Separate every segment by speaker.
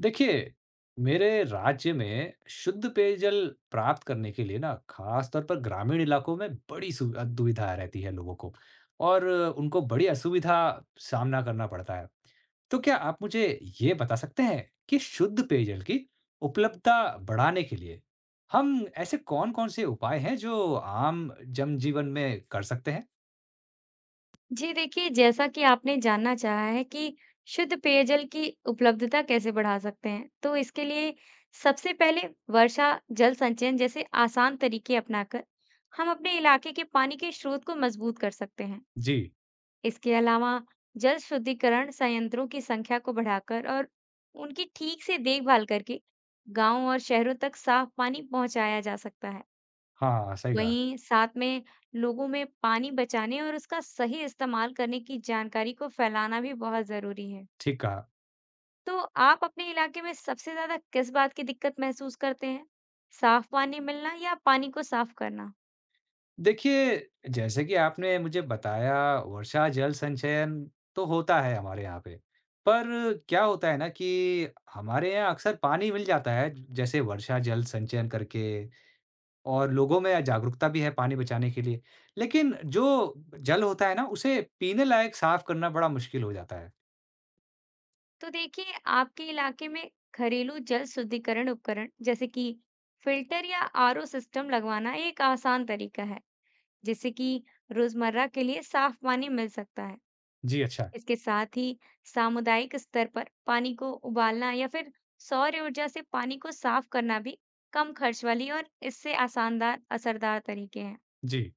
Speaker 1: देखिए, मेरे राज्य में शुद्ध पेयजल प्राप्त करने के लिए ना खास तौर पर ग्रामीण इलाकों में बड़ी दुविधा रहती है लोगों को और उनको बड़ी असुविधा सामना करना पड़ता है। तो क्या आप मुझे ये बता सकते हैं कि शुद्ध पेयजल की उपलब्धता बढ़ाने के लिए हम ऐसे कौन-कौन से उपाय हैं जो आम जनजीवन में कर सकते हैं?
Speaker 2: जी देखिए, जैसा कि आपने जानना चाहा है कि शुद्ध पेयजल की उपलब्धता कैसे बढ़ा सकते हैं, तो इसके लिए सबसे पहले वर्षा जल संचयन जैसे आसान तरीके अपनाकर हम अपने इलाके के पानी के स्रोत को मजबूत कर सकते हैं।
Speaker 1: जी,
Speaker 2: इसके अलावा जल शुद्धिकरण संयंत्रों की संख्या को बढ़ाकर और उनकी ठीक से देखभाल करके गांव और शहरों तक साफ पानी पहुंचाया जा सकता है।
Speaker 1: हाँ, सही कहा,
Speaker 2: वहीं साथ में लोगों में पानी बचाने और उसका सही इस्तेमाल करने की जानकारी को फैलाना भी बहुत जरूरी है।
Speaker 1: ठीक कहा।
Speaker 2: तो आप अपने इलाके में सबसे ज्यादा किस बात की दिक्कत महसूस करते हैं? साफ पानी मिलना या पानी को साफ करना?
Speaker 1: देखिए, जैसे कि आपने मुझे बताया वर्षा जल संचयन तो होता है हमारे यहाँ पे। पर क्या होता है ना कि हमारे यहाँ अक्सर पानी मिल जाता है जैसे वर्षा जल संचयन करके और लोगों में जागरूकता भी है पानी बचाने के लिए। लेकिन जो जल होता है ना उसे पीने लायक साफ़ करना बड़ा मुश्किल हो जाता है।
Speaker 2: तो देखिए, आपके इलाके में घरेलू जल शुद्धिकरण उपकरण जैसे कि फिल्टर या आरओ सिस्टम लगवाना एक आसान तरीका है, जिससे कि रोजमर्रा के लिए साफ पानी मिल सकता है।
Speaker 1: जी, अच्छा।
Speaker 2: इसके साथ ही सामुदायिक स्तर पर पानी को उबालना या फिर सौर ऊर्जा से पानी को साफ करना भी कम खर्च वाली और इससे आसानदार असरदार तरीके हैं।
Speaker 1: जी।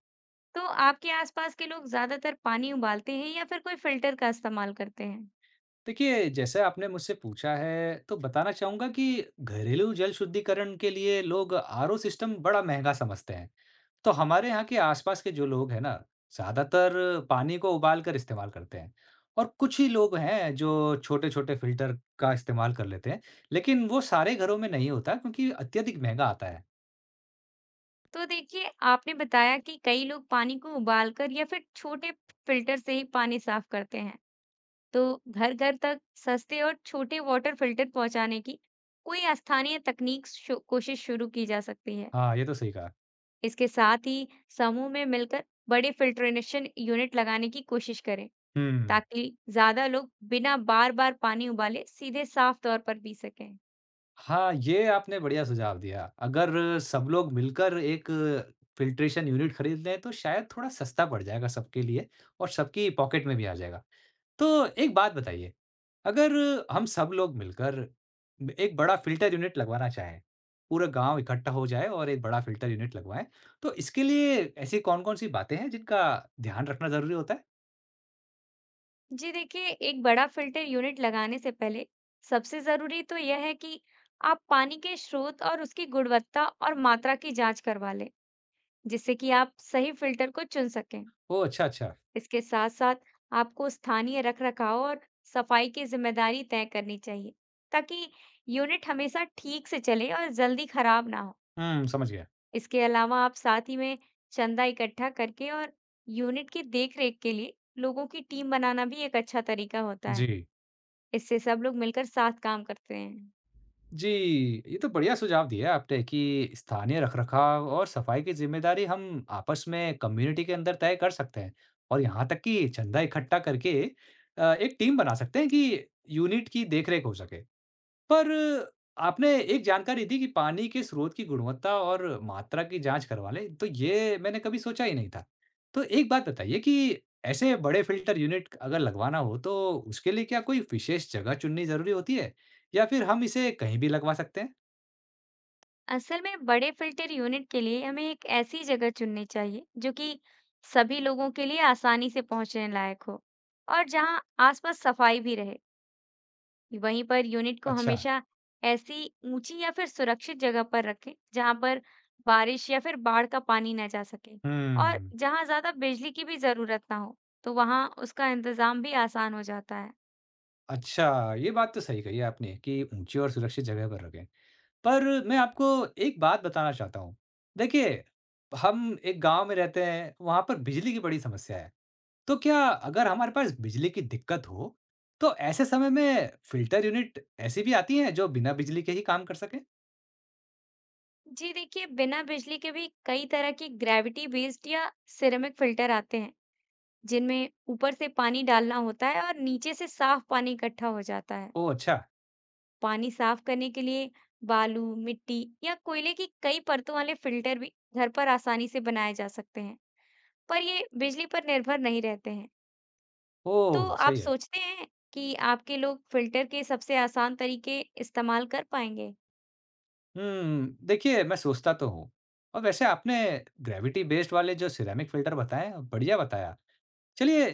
Speaker 2: तो आपके आसपास के लोग ज्यादातर पानी उबालते हैं या फिर कोई फिल्टर का इस्तेमाल करते हैं?
Speaker 1: देखिए, जैसे आपने मुझसे पूछा है तो बताना चाहूँगा कि घरेलू जल शुद्धिकरण के लिए लोग आरओ सिस्टम बड़ा महँगा समझते हैं। तो हमारे यहाँ के आसपास के जो लोग हैं ना, ज़्यादातर पानी को उबाल कर इस्तेमाल करते हैं और कुछ ही लोग हैं जो छोटे-छोटे फ़िल्टर का इस्तेमाल कर लेते हैं, लेकिन वो सारे घरों में नहीं होता क्योंकि अत्यधिक महँगा आता है।
Speaker 2: तो देखिए, आपने बताया कि कई लोग पानी को उबालकर या फिर छोटे फिल्टर से ही पानी साफ करते हैं। तो घर-घर तक सस्ते और छोटे वाटर फिल्टर पहुंचाने की कोई स्थानीय तकनीक कोशिश शुरू की जा सकती है।
Speaker 1: हाँ, ये तो सही कहा।
Speaker 2: इसके साथ ही समूह में मिलकर बड़े फिल्ट्रेशन यूनिट लगाने की कोशिश करें
Speaker 1: हुँ।
Speaker 2: ताकि ज्यादा लोग बिना बार बार पानी उबाले सीधे साफ तौर पर पी सकें।
Speaker 1: हाँ, ये आपने बढ़िया सुझाव दिया। अगर सब लोग मिलकर एक फ़िल्ट्रेशन यूनिट खरीद लें तो शायद थोड़ा सस्ता पड़ जाएगा सबके लिए और सबकी पॉकेट में भी आ जाएगा। तो एक बात बताइए, अगर हम सब लोग मिलकर ब एक बड़ा फ़िल्टर यूनिट लगवाना चाहें, पूरा गाँव इकट्ठा हो जाए और एक बड़ा फ़िल्टर यूनिट लगवाएँ, तो इसके लिए ऐसी कौन-कौन सी बातें हैं जिनका ध्यान रखना ज़रूरी होता है?
Speaker 2: जी देखिए, एक बड़ा फिल्टर यूनिट लगाने से पहले सबसे जरूरी तो यह है कि आप पानी के स्रोत और उसकी गुणवत्ता और मात्रा की जांच करवा लें जिससे कि आप सही फिल्टर को चुन सकें।
Speaker 1: ओह! अच्छा, अच्छा।
Speaker 2: इसके साथ साथ आपको स्थानीय रखरखाव और सफाई की जिम्मेदारी तय करनी चाहिए ताकि यूनिट हमेशा ठीक से चले और जल्दी खराब ना हो।
Speaker 1: हुँ, समझ गया।
Speaker 2: इसके अलावा आप साथ ही में चंदा इकट्ठा करके और यूनिट की देखरेख के लिए लोगों की टीम बनाना भी एक अच्छा तरीका होता है।
Speaker 1: जी।
Speaker 2: इससे सब लोग मिलकर साथ काम करते हैं।
Speaker 1: जी, ये तो बढ़िया सुझाव दिए आपने कि स्थानीय रखरखाव और सफाई की ज़िम्मेदारी हम आपस में कम्युनिटी के अंदर तय कर सकते हैं और यहाँ तक कि चंदा इकट्ठा करके एक टीम बना सकते हैं कि यूनिट की देखरेख हो सके। पर आपने एक जानकारी दी कि पानी के स्रोत की गुणवत्ता और मात्रा की जांच करवा लें, तो ये मैंने कभी सोचा ही नहीं था। तो एक बात बताइए कि ऐसे बड़े फिल्टर यूनिट अगर लगवाना हो, तो उसके लिए क्या कोई विशेष जगह चुननी ज़रूरी होती है? या फिर हम इसे कहीं भी लगवा सकते हैं?
Speaker 2: असल में बड़े फिल्टर यूनिट के लिए हमें एक ऐसी जगह चुननी चाहिए जो कि सभी लोगों के लिए आसानी से पहुंचने लायक हो और जहां आसपास सफाई भी रहे। वहीं पर यूनिट को
Speaker 1: अच्छा,
Speaker 2: हमेशा ऐसी ऊंची या फिर सुरक्षित जगह पर रखें जहां पर बारिश या फिर बाढ़ का पानी न जा सके और
Speaker 1: हम्म,
Speaker 2: जहां ज्यादा बिजली की भी जरूरत ना हो, तो वहां उसका इंतजाम भी आसान हो जाता है।
Speaker 1: अच्छा, ये बात तो सही कही आपने कि ऊँची और सुरक्षित जगह पर रखें। पर मैं आपको एक बात बताना चाहता हूँ। देखिए, हम एक गाँव में रहते हैं, वहाँ पर बिजली की बड़ी समस्या है। तो क्या अगर हमारे पास बिजली की दिक्कत हो, तो ऐसे समय में फ़िल्टर यूनिट ऐसी भी आती हैं जो बिना बिजली के ही काम कर सकें?
Speaker 2: जी देखिए, बिना बिजली के भी कई तरह की ग्रेविटी बेस्ड या सिरेमिक फिल्टर आते हैं जिनमें ऊपर से पानी डालना होता है और नीचे से साफ पानी इकट्ठा हो जाता है।
Speaker 1: ओह अच्छा,
Speaker 2: पानी साफ करने के लिए बालू, मिट्टी या कोयले की कई परतों वाले फिल्टर भी घर पर आसानी से बनाए जा सकते हैं, पर ये बिजली पर निर्भर नहीं रहते हैं। तो
Speaker 1: ओह
Speaker 2: आप
Speaker 1: सही है।
Speaker 2: सोचते हैं कि आपके लोग फिल्टर के सबसे आसान तरीके इस्तेमाल कर पाएंगे?
Speaker 1: हुँ, देखिए मैं सोचता तो हूँ और वैसे आपने ग्रेविटी बेस्ड वाले जो सिरेमिक फ़िल्टर बताएँ, बढ़िया बताया। चलिए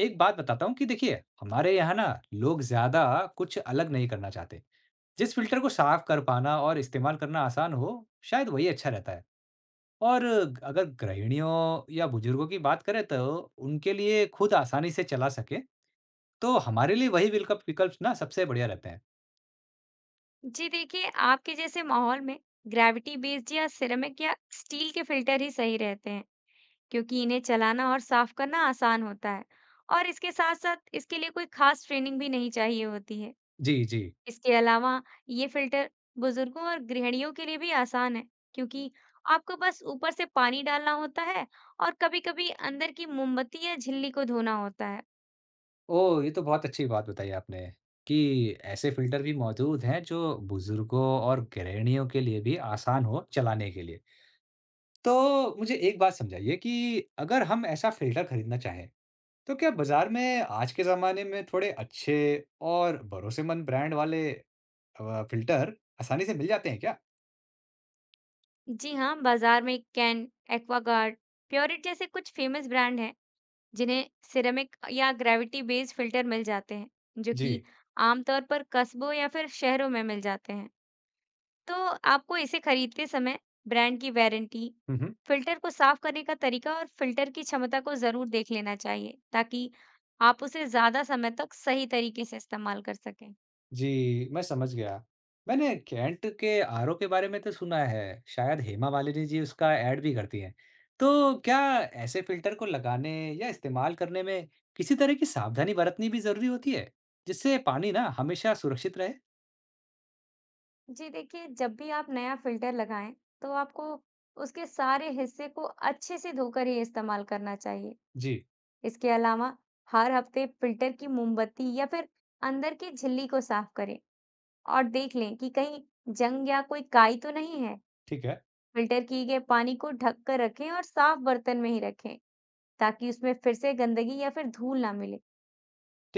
Speaker 1: एक बात बताता हूँ कि देखिए, हमारे यहाँ ना लोग ज़्यादा कुछ अलग नहीं करना चाहते। जिस फ़िल्टर को साफ कर पाना और इस्तेमाल करना आसान हो, शायद वही अच्छा रहता है। और अगर गृहिणियों या बुजुर्गों की बात करें तो उनके लिए खुद आसानी से चला सके तो हमारे लिए वही विकल्प विकल्प ना सबसे बढ़िया रहते हैं।
Speaker 2: जी देखिए, आपके जैसे माहौल में ग्रेविटी बेस्ड या सिरेमिक या स्टील के फिल्टर ही सही रहते हैं, क्योंकि इन्हें चलाना और साफ करना आसान होता है। और इसके साथ साथ इसके लिए कोई खास ट्रेनिंग भी नहीं चाहिए होती है।
Speaker 1: जी, जी।
Speaker 2: इसके अलावा ये फिल्टर बुजुर्गों और गृहिणियों के लिए भी आसान है, क्योंकि आपको बस ऊपर से पानी डालना होता है और कभी-कभी अंदर की मोमबत्ती या झिल्ली को धोना होता है।
Speaker 1: ओह! ये तो बहुत अच्छी बात बताई आपने कि ऐसे फ़िल्टर भी मौजूद हैं जो बुजुर्गों और गृहिणियों के लिए भी आसान हो चलाने के लिए। तो मुझे एक बात समझाइए कि अगर हम ऐसा फ़िल्टर खरीदना चाहें, तो क्या बाज़ार में आज के ज़माने में थोड़े अच्छे और भरोसेमंद ब्रांड वाले फ़िल्टर आसानी से मिल जाते हैं क्या?
Speaker 2: जी हाँ, बाजार में कैन, एक्वागार्ड, प्योरिट जैसे कुछ फेमस ब्रांड हैं जिन्हें सिरेमिक या ग्रेविटी बेस्ड फिल्टर मिल जाते हैं जो
Speaker 1: जी।
Speaker 2: कि आमतौर पर कस्बों या फिर शहरों में मिल जाते हैं। तो आपको इसे खरीदते समय ब्रांड की वारंटी,
Speaker 1: हुँ, हुँ।
Speaker 2: फ़िल्टर को साफ करने का तरीका और फ़िल्टर की क्षमता को ज़रूर देख लेना चाहिए, ताकि आप उसे ज़्यादा समय तक सही तरीके से इस्तेमाल कर सकें।
Speaker 1: जी, मैं समझ गया। मैंने कैंट के आरओ के बारे में तो सुना है, शायद हेमा मालिनी जी उसका ऐड भी करती हैं। तो क्या ऐसे फ़िल्टर को लगाने या इस्तेमाल करने में किसी तरह की सावधानी बरतनी भी ज़रूरी होती है, जिससे पानी ना हमेशा सुरक्षित रहे?
Speaker 2: जी देखिए, जब भी आप नया फ़िल्टर लगाएं, तो आपको उसके सारे हिस्से को अच्छे से धोकर ही इस्तेमाल करना चाहिए।
Speaker 1: जी,
Speaker 2: इसके अलावा हर हफ्ते फ़िल्टर की मोमबत्ती या फिर अंदर की झिल्ली को साफ करें और देख लें कि कहीं जंग या कोई काई तो नहीं है।
Speaker 1: ठीक है,
Speaker 2: फिल्टर किए गए पानी को ढक कर रखें और साफ बर्तन में ही रखें ताकि उसमें फिर से गंदगी या फिर धूल ना मिले।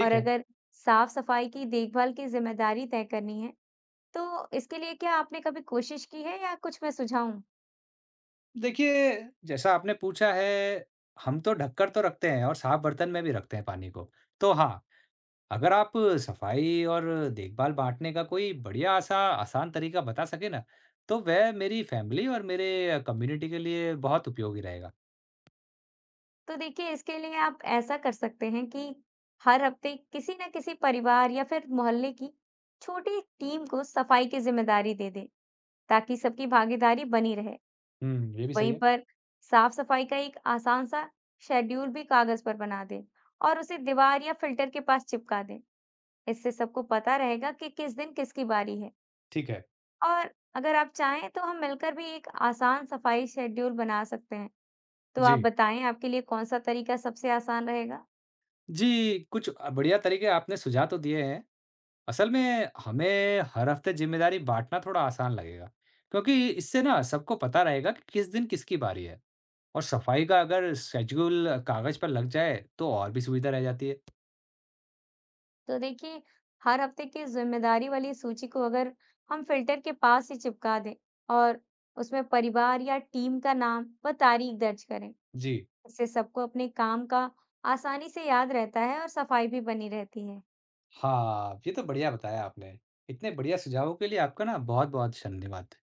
Speaker 2: और
Speaker 1: है।
Speaker 2: अगर साफ सफाई की देखभाल की जिम्मेदारी तय करनी है तो इसके लिए क्या आपने कभी कोशिश की है या कुछ मैं सुझाऊं?
Speaker 1: देखिए, जैसा आपने पूछा है, हम तो ढककर तो रखते हैं और साफ बर्तन में भी रखते हैं पानी को। तो हाँ, अगर आप सफाई और देखभाल बाँटने का कोई बढ़िया सा आसान तरीका बता सकें ना, तो वह मेरी फैमिली और मेरे कम्युनिटी के लिए बहुत उपयोगी रहेगा।
Speaker 2: तो देखिए, इसके लिए आप ऐसा कर सकते हैं कि हर हफ्ते किसी ना किसी परिवार या फिर मोहल्ले की छोटी टीम को सफाई की जिम्मेदारी दे दें ताकि सबकी भागीदारी बनी रहे।
Speaker 1: हुँ, ये भी सही
Speaker 2: वहीं
Speaker 1: है।
Speaker 2: पर साफ-सफाई का एक आसान सा शेड्यूल भी कागज पर बना दें और उसे दीवार या फिल्टर के पास चिपका दें। इससे सबको पता रहेगा कि किस दिन किसकी बारी है।
Speaker 1: ठीक है।
Speaker 2: और अगर आप चाहें तो हम मिलकर भी एक आसान सफाई शेड्यूल बना सकते हैं। तो आप
Speaker 1: जी।
Speaker 2: बताएं, आपके लिए कौन सा तरीका सबसे आसान रहेगा?
Speaker 1: जी, कुछ बढ़िया तरीके आपने सुझाव तो दिए हैं। असल में हमें हर हफ़्ते ज़िम्मेदारी बाँटना थोड़ा आसान लगेगा, क्योंकि इससे ना सबको पता रहेगा कि किस दिन किसकी बारी है और सफाई का अगर शेड्यूल कागज़ पर लग जाए, तो और भी सुविधा रह जाती है।
Speaker 2: तो देखिए, हर हफ्ते की जिम्मेदारी वाली सूची को अगर हम फिल्टर के पास ही चिपका दें और उसमें परिवार या टीम का नाम व तारीख दर्ज करें।
Speaker 1: जी।
Speaker 2: इससे सबको अपने काम का आसानी से याद रहता है और सफाई भी बनी रहती है।
Speaker 1: हाँ, ये तो बढ़िया बताया आपने। इतने बढ़िया सुझावों के लिए आपका ना बहुत-बहुत धन्यवाद।